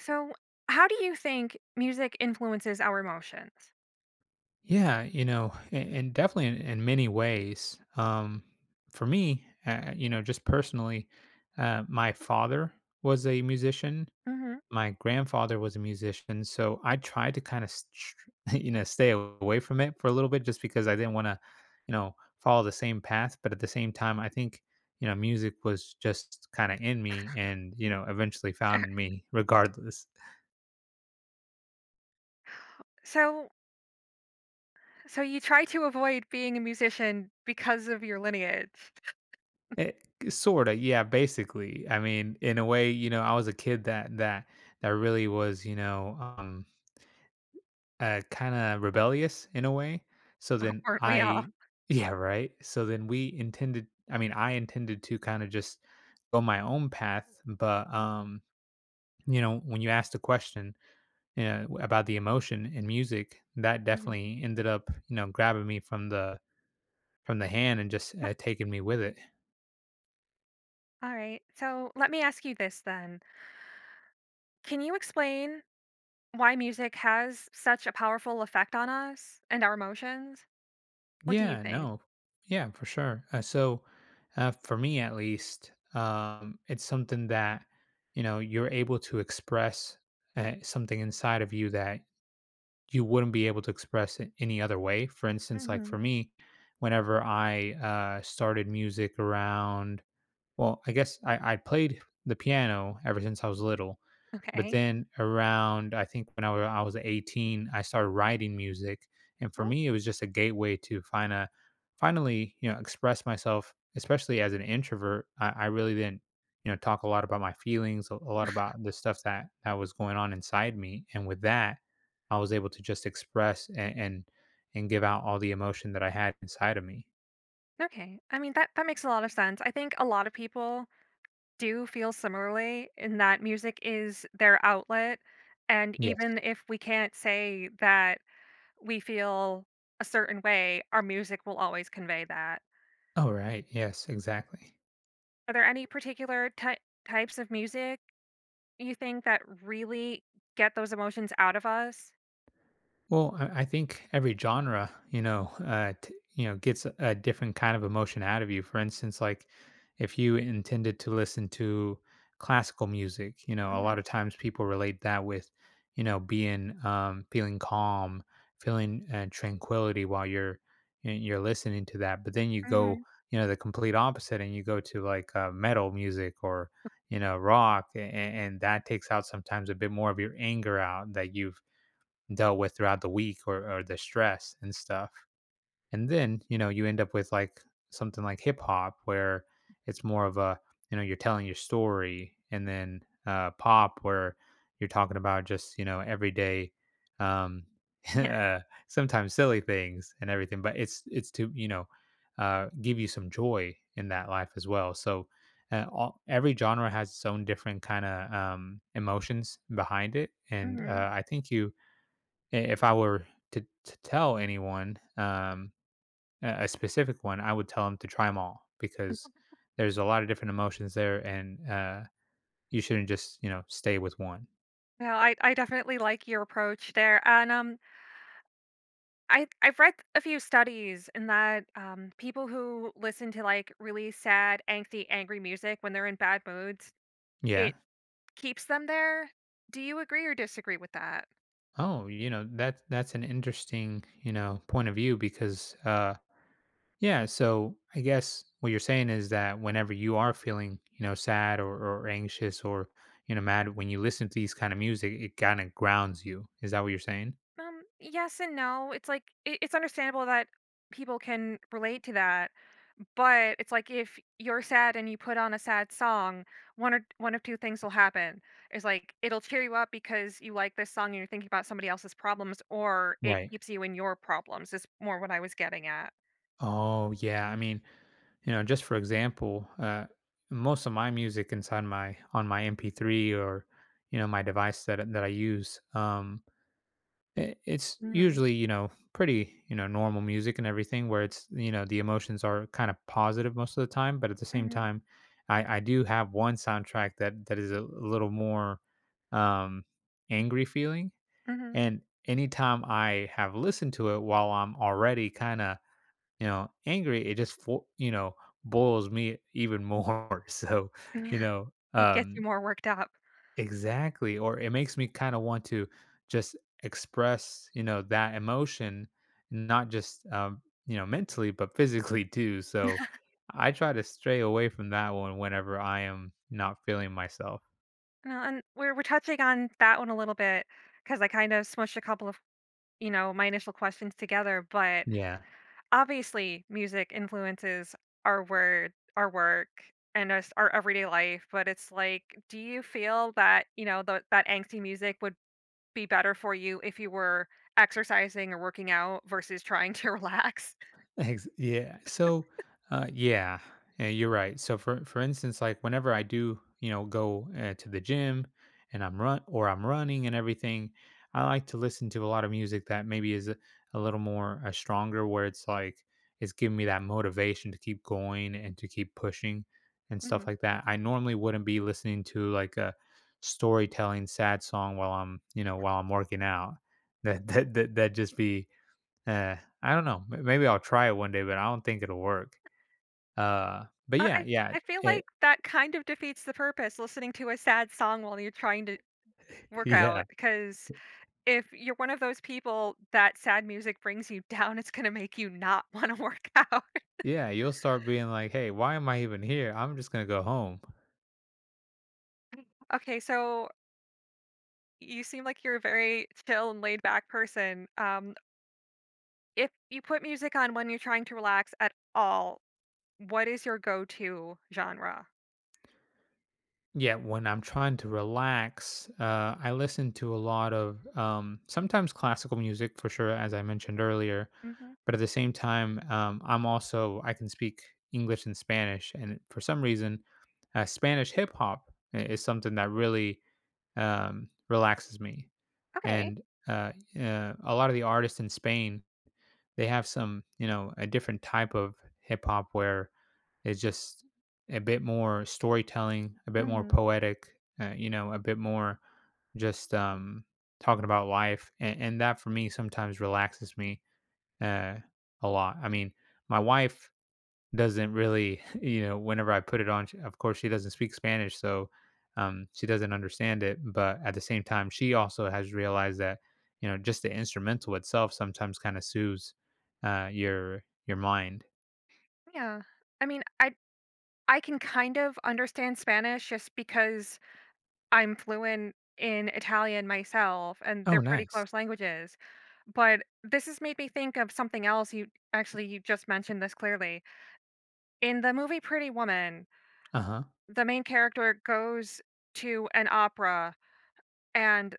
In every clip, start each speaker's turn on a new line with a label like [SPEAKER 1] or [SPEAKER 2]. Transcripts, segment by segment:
[SPEAKER 1] So, how do you think music influences our emotions?
[SPEAKER 2] Yeah, and definitely in many ways. For me, just personally, my father was a musician.
[SPEAKER 1] Hmm.
[SPEAKER 2] My grandfather was a musician, so I tried to kind of, you know, stay away from it for a little bit, just because I didn't want to, you know, follow the same path. But at the same time, I think you know, music was just kind of in me, and you know, eventually
[SPEAKER 1] Sure.
[SPEAKER 2] found me regardless.
[SPEAKER 1] So, so you try to avoid being a musician because of your lineage?
[SPEAKER 2] It sorta, yeah, basically. I mean, in a way, you know, I was a kid that really was, kinda rebellious in a way. So then
[SPEAKER 1] Weren't we all?
[SPEAKER 2] I Yeah, right? So then we intended I mean, I intended to kinda just go my own path, but you know, when you asked the question, you know, about the emotion in music, that
[SPEAKER 1] Hmm.
[SPEAKER 2] definitely ended up, you know, grabbing me from the hand and just, taking me with it.
[SPEAKER 1] All right. So, let me ask you this then. Can you explain why music has such a powerful effect on us and our emotions? What do you
[SPEAKER 2] Yeah,
[SPEAKER 1] think?
[SPEAKER 2] no. Yeah, for sure. So for me at least, it's something that, you know, you're able to express something inside of you that you wouldn't be able to express it any other way. For instance, like
[SPEAKER 1] Hmm.
[SPEAKER 2] for me, whenever I started music around, well, I guess I played the piano ever since I was little. But
[SPEAKER 1] Okay.
[SPEAKER 2] then around, I think when I was 18, I started writing music, and for
[SPEAKER 1] Oh,
[SPEAKER 2] me, it was just a gateway to find a, finally, you know, express myself. Especially as an introvert, I really didn't, you know, talk a lot about my feelings, a lot about the stuff that was going on inside me, and with that, I was able to just express and give out all the emotion that I had inside of me.
[SPEAKER 1] okay. I mean that makes a lot of sense. I think a lot of people do feel similarly in that music is their outlet. And
[SPEAKER 2] Yes.
[SPEAKER 1] even if we can't say that we feel a certain way, our music will always convey that.
[SPEAKER 2] Oh, right. Yes. Exactly.
[SPEAKER 1] Are there any particular types of music you think that really get those emotions out of us?
[SPEAKER 2] Well, I think every genre, you know, gets a different kind of emotion out of you. For instance, like if you intended to listen to classical music, you know, a
[SPEAKER 1] Hmm.
[SPEAKER 2] lot of times people relate that with, you know, being feeling calm, feeling tranquility while you're you're listening to that. But then you go,
[SPEAKER 1] Hmm.
[SPEAKER 2] you know, the complete opposite, and you go to like metal music or you know rock, and that takes out sometimes a bit more of your anger out that you've dealt with throughout the week or the stress and stuff. And then, you know, you end up with like something like hip hop where it's more of a, you know, you're telling your story and then pop where you're talking about just, you know, everyday, um,
[SPEAKER 1] Yeah.
[SPEAKER 2] uh, sometimes silly things and everything, but it's to, you know, give you some joy in that life as well. So, every genre has its own different kind of emotions behind it, and
[SPEAKER 1] Hmm.
[SPEAKER 2] I think if I were to tell anyone a specific one, I would tell them to try them all because there's a lot of different emotions there, and you shouldn't just you know stay with one.
[SPEAKER 1] Well, I definitely like your approach there. And I I've read a few studies in that people who listen to like really sad, angry music when they're in bad moods,
[SPEAKER 2] Yeah.
[SPEAKER 1] it keeps them there. Do you agree or disagree with that?
[SPEAKER 2] Oh, you know that's an interesting you know point of view because yeah. So I guess what you're saying is that whenever you are feeling you know sad or anxious or you know mad, when you listen to these kind of music, it kind of grounds you. Is that what you're saying?
[SPEAKER 1] Yes and no. It's like it's understandable that people can relate to that, but it's like if you're sad and you put on a sad song, one of two things will happen. It's like it'll cheer you up because you like this song and you're thinking about somebody else's problems, or it
[SPEAKER 2] Right.
[SPEAKER 1] keeps you in your problems. Is more what I was getting at.
[SPEAKER 2] Oh yeah. I mean, you know, just for example, most of my music inside my on my MP3 or you know my device that I use, it's
[SPEAKER 1] Mhm,
[SPEAKER 2] usually you know pretty you know normal music and everything where it's you know the emotions are kind of positive most of the time, but at the same
[SPEAKER 1] mhm,
[SPEAKER 2] time, I do have one soundtrack that is a little more um, angry feeling,
[SPEAKER 1] mhm.
[SPEAKER 2] and anytime I have listened to it while I'm already kind of you know angry, it just you know boils me even more. So, you know,
[SPEAKER 1] It gets you
[SPEAKER 2] um,
[SPEAKER 1] more worked up.
[SPEAKER 2] exactly, or it makes me kind of want to just express, you know, that emotion, not just you know mentally, but physically too. So, I try to stray away from that one whenever I am not feeling myself.
[SPEAKER 1] No, and we're touching on that one a little bit because I kind of smushed a couple of, you know, my initial questions together, but
[SPEAKER 2] Yeah.
[SPEAKER 1] obviously music influences our work and us our everyday life, but it's like, do you feel that, you know, the that angsty music would be better for you if you were exercising or working out versus trying to relax?
[SPEAKER 2] Ex- yeah. So, uh, yeah, yeah, you're right. So for instance, like whenever I do, you know, go to the gym and I'm running and everything, I like to listen to a lot of music that maybe is a little more stronger, where it's like it's giving me that motivation to keep going and to keep pushing and stuff
[SPEAKER 1] Mhm.
[SPEAKER 2] like that. I normally wouldn't be listening to like a storytelling sad song while I'm, you know, while I'm working out. That'd just be Eh, I don't know. M Maybe I'll try it one day, but I don't think it'll work. But
[SPEAKER 1] I
[SPEAKER 2] yeah,
[SPEAKER 1] I
[SPEAKER 2] yeah,
[SPEAKER 1] I feel like
[SPEAKER 2] it
[SPEAKER 1] that kind of defeats the purpose, listening to a sad song while you're trying to work out,
[SPEAKER 2] yeah,
[SPEAKER 1] because if you're one of those people that sad music brings you down, it's gonna make you not wanna work out.
[SPEAKER 2] yeah, you'll start being like, "Hey, why am I even here? I'm just gonna go home."
[SPEAKER 1] Okay, so you seem like you're a very chill and laid back person. If you put music on when you're trying to relax at all, what is your go-to genre?
[SPEAKER 2] Yeah, when I'm trying to relax, I listen to a lot of sometimes classical music for sure, as I mentioned earlier.
[SPEAKER 1] Mhm.
[SPEAKER 2] But at the same time, I can speak English and Spanish, and for some reason, Spanish hip hop is something that really relaxes me.
[SPEAKER 1] Okay.
[SPEAKER 2] And uh, a lot of the artists in Spain, they have some you know a different type of hip hop where it's just a bit more storytelling, a bit more
[SPEAKER 1] Mhm.
[SPEAKER 2] poetic, you know, a bit more just talking about life, and that for me sometimes relaxes me uh, a lot. I mean, my wife doesn't really, you know, whenever I put it on, she, of course, she doesn't speak Spanish, so she doesn't understand it. But at the same time, she also has realized that, you know, just the instrumental itself sometimes kind of soothes your mind.
[SPEAKER 1] Yeah. I mean, I can kind of understand Spanish just because I'm fluent in Italian myself and
[SPEAKER 2] Oh,
[SPEAKER 1] they're pretty
[SPEAKER 2] nice.
[SPEAKER 1] close languages. But this has made me think of something else you actually you just mentioned this clearly. In the movie Pretty Woman,
[SPEAKER 2] Uh huh.
[SPEAKER 1] the main character goes to an opera and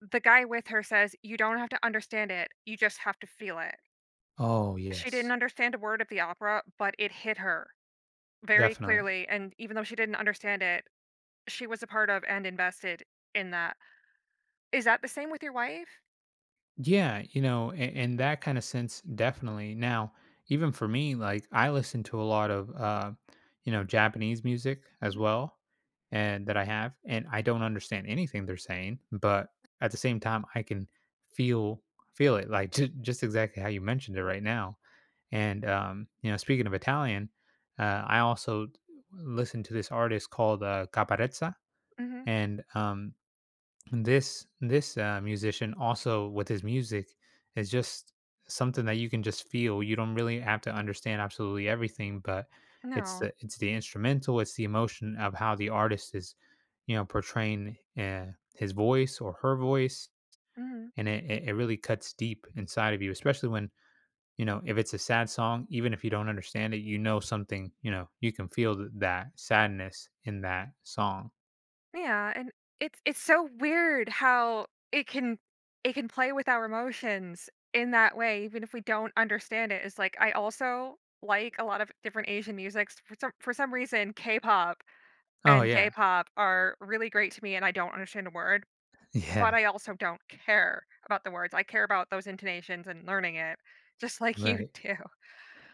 [SPEAKER 1] the guy with her says, "You don't have to understand it. You just have to feel it."
[SPEAKER 2] Oh,
[SPEAKER 1] She
[SPEAKER 2] yes,
[SPEAKER 1] didn't understand a word of the opera, but it hit her very
[SPEAKER 2] definitely.
[SPEAKER 1] clearly and even though she didn't understand it, she was a part of and invested in that. Is that the same with your wife?
[SPEAKER 2] Yeah, you know, in that kind of sense, definitely. Now, even for me, like I listen to a lot of, you know, Japanese music as
[SPEAKER 1] Mm.
[SPEAKER 2] well, and that I have, and I don't understand anything they're saying, but at the same time, I can feel feel it, like just exactly how you mentioned it right now. And you know, speaking of Italian, I also listen to this artist called Caparezza,
[SPEAKER 1] Mhm.
[SPEAKER 2] and this musician also with his music is just something that you can just feel, you don't really have to understand absolutely everything, but
[SPEAKER 1] No.
[SPEAKER 2] it's the instrumental, it's the emotion of how the artist is you know portraying his voice or her voice,
[SPEAKER 1] Mhm.
[SPEAKER 2] and it it really cuts deep inside of you, especially when you know if it's a sad song, even if you don't understand it, you know something, you know you can feel that sadness in that song.
[SPEAKER 1] Yeah, and it's so weird how it can it can play with our emotions in that way, even if we don't understand it. It's like I also like a lot of different Asian musics. For some reason, K-pop
[SPEAKER 2] Oh
[SPEAKER 1] and
[SPEAKER 2] yeah.
[SPEAKER 1] J-pop are really great to me, and I don't understand a word,
[SPEAKER 2] Yeah,
[SPEAKER 1] but I also don't care about the words. I care about those intonations and learning it, just like you
[SPEAKER 2] right.
[SPEAKER 1] do.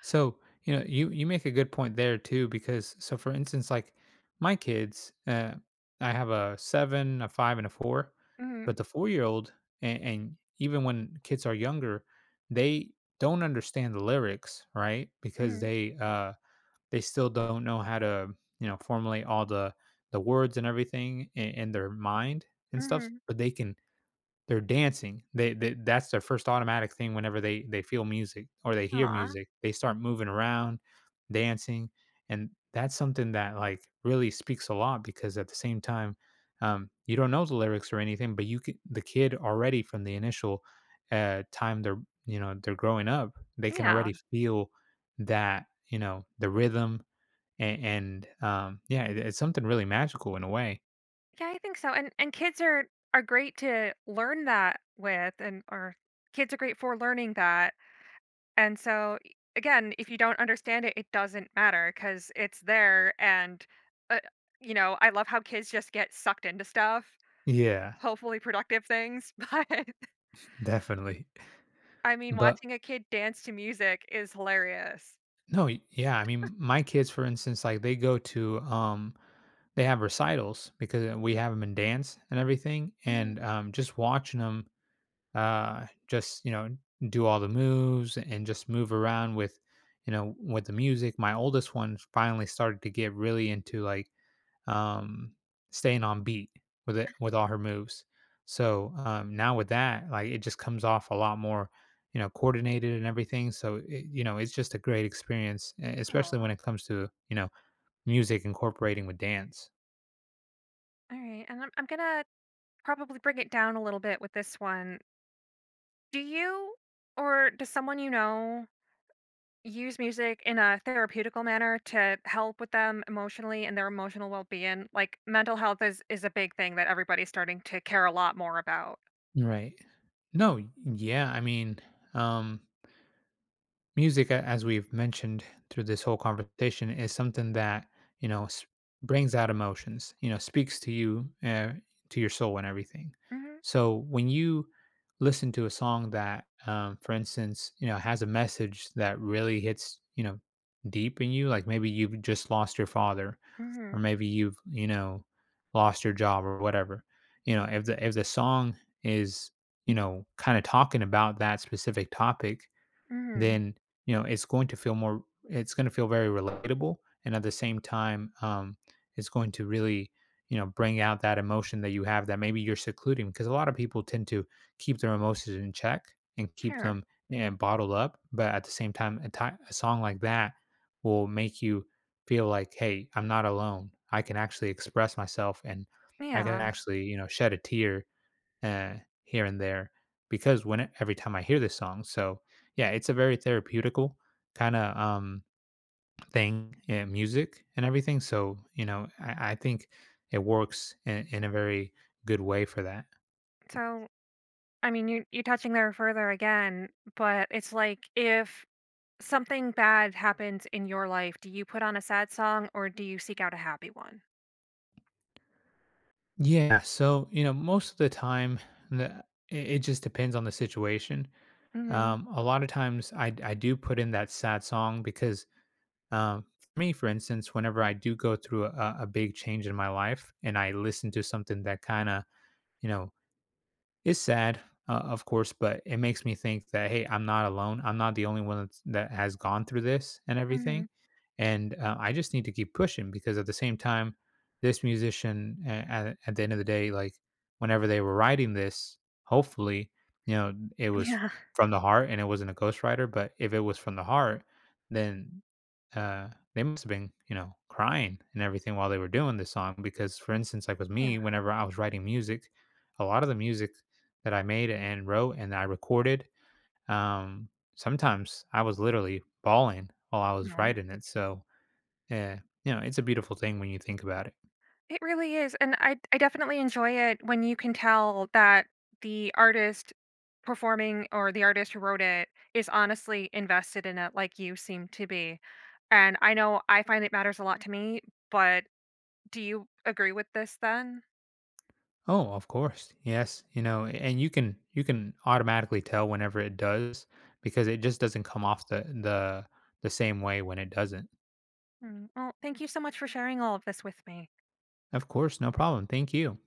[SPEAKER 2] So, you know, you make a good point there too, because so for instance, like my kids, I have a seven, a five, and a four,
[SPEAKER 1] Mhm.
[SPEAKER 2] but the four-year old, and even when kids are younger, they don't understand the lyrics, right? Because
[SPEAKER 1] Mhm.
[SPEAKER 2] they still don't know how to you know formulate all the words and everything in their mind and stuff,
[SPEAKER 1] Mhm.
[SPEAKER 2] but they can they're dancing. They, that's their first automatic thing whenever they feel music or they hear
[SPEAKER 1] Aw.
[SPEAKER 2] music. They start moving around, dancing, and that's something that like really speaks a lot because at the same time, you don't know the lyrics or anything, but you can, the kid already from the initial time they're you know they're growing up, they can
[SPEAKER 1] Yeah.
[SPEAKER 2] already feel that you know the rhythm and yeah, it, it's something really magical in a way.
[SPEAKER 1] Yeah, I think so, and kids are great to learn that with and or kids are great for learning that, and so, I again, if you don't understand it, it doesn't matter because it's there and, uh, you know, I love how kids just get sucked into stuff,
[SPEAKER 2] Yeah,
[SPEAKER 1] hopefully productive things, but,
[SPEAKER 2] definitely.
[SPEAKER 1] I mean,
[SPEAKER 2] But
[SPEAKER 1] watching a kid dance to music is hilarious.
[SPEAKER 2] no, y yeah, I mean, my kids, for instance, like, they go to, they have recitals because we have them in dance and everything, and,
[SPEAKER 1] Mhm.
[SPEAKER 2] just watching them, just, you know, do all the moves and just move around with, you know, with the music. My oldest one finally started to get really into, like, um, staying on beat with it with all her moves. So now with that, like it just comes off a lot more, you know, coordinated and everything. So it, you know, it's just a great experience, especially
[SPEAKER 1] Aw.
[SPEAKER 2] when it comes to you know music incorporating with dance.
[SPEAKER 1] Alright, and I'm gonna probably bring it down a little bit with this one. Do you or does someone you know use music in a therapeutical manner to help with them emotionally and their emotional well-being? Like mental health is a big thing that everybody's starting to care a lot more about.
[SPEAKER 2] Right. No, yeah, I mean, um, music as we've mentioned through this whole conversation is something that you know brings out emotions, you know, speaks to you, to your soul and everything,
[SPEAKER 1] Mhm,
[SPEAKER 2] so when you listen to a song that for instance you know has a message that really hits you know deep in you, like maybe you've just lost your father, or
[SPEAKER 1] mhm,
[SPEAKER 2] maybe you've you know lost your job or whatever, you know if the song is you know kind of talking about that specific topic,
[SPEAKER 1] mhm.
[SPEAKER 2] then you know it's going to feel more, it's going to feel very relatable, and at the same time it's going to really you know bring out that emotion that you have that maybe you're secluding, because a lot of people tend to keep their emotions in check and keep
[SPEAKER 1] Sure.
[SPEAKER 2] them and bottled up, but at the same time a song like that will make you feel like, hey, I'm not alone, I can actually express myself, and I can
[SPEAKER 1] Yeah.
[SPEAKER 2] actually you know shed a tear uh, here and there, because every time I hear this song. So yeah, it's a very therapeutical kind of thing, music and everything. So you know, I think it works in a very good way for that.
[SPEAKER 1] So, I mean, you you're touching there further again, but it's like if something bad happens in your life, do you put on a sad song or do you seek out a happy one?
[SPEAKER 2] Yeah. So you know, most of the time, the, it, it just depends on the situation.
[SPEAKER 1] Mhm.
[SPEAKER 2] A lot of times, I do put in that sad song because um, for me, for instance, whenever I do go through a big change in my life and I listen to something that kind of you know, it's sad, of course, but it makes me think that, hey, I'm not alone. I'm not the only one that has gone through this and everything.
[SPEAKER 1] Mhm.
[SPEAKER 2] And I just need to keep pushing because at the same time, this musician, at the end of the day, like whenever they were writing this, hopefully, you know, it was
[SPEAKER 1] Yeah.
[SPEAKER 2] from the heart and it wasn't a ghostwriter. But if it was from the heart, then uh, they must have been, you know, crying and everything while they were doing this song. Because, for instance, like with
[SPEAKER 1] Yeah.
[SPEAKER 2] me, whenever I was writing music, a lot of the music that I made and wrote and I recorded. Um, Sometimes I was literally bawling while I was
[SPEAKER 1] Aw.
[SPEAKER 2] writing it. So, yeah, you know, it's a beautiful thing when you think about it.
[SPEAKER 1] It really is, and I definitely enjoy it when you can tell that the artist performing or the artist who wrote it is honestly invested in it like you seem to be. And I know I find it matters a lot to me, but do you agree with this then?
[SPEAKER 2] Oh, of course. Yes, you know, and you can automatically tell whenever it does, because it just doesn't come off the the same way when it doesn't.
[SPEAKER 1] Mm, well, thank you so much for sharing all of this with me.
[SPEAKER 2] Of course, no problem. Thank you.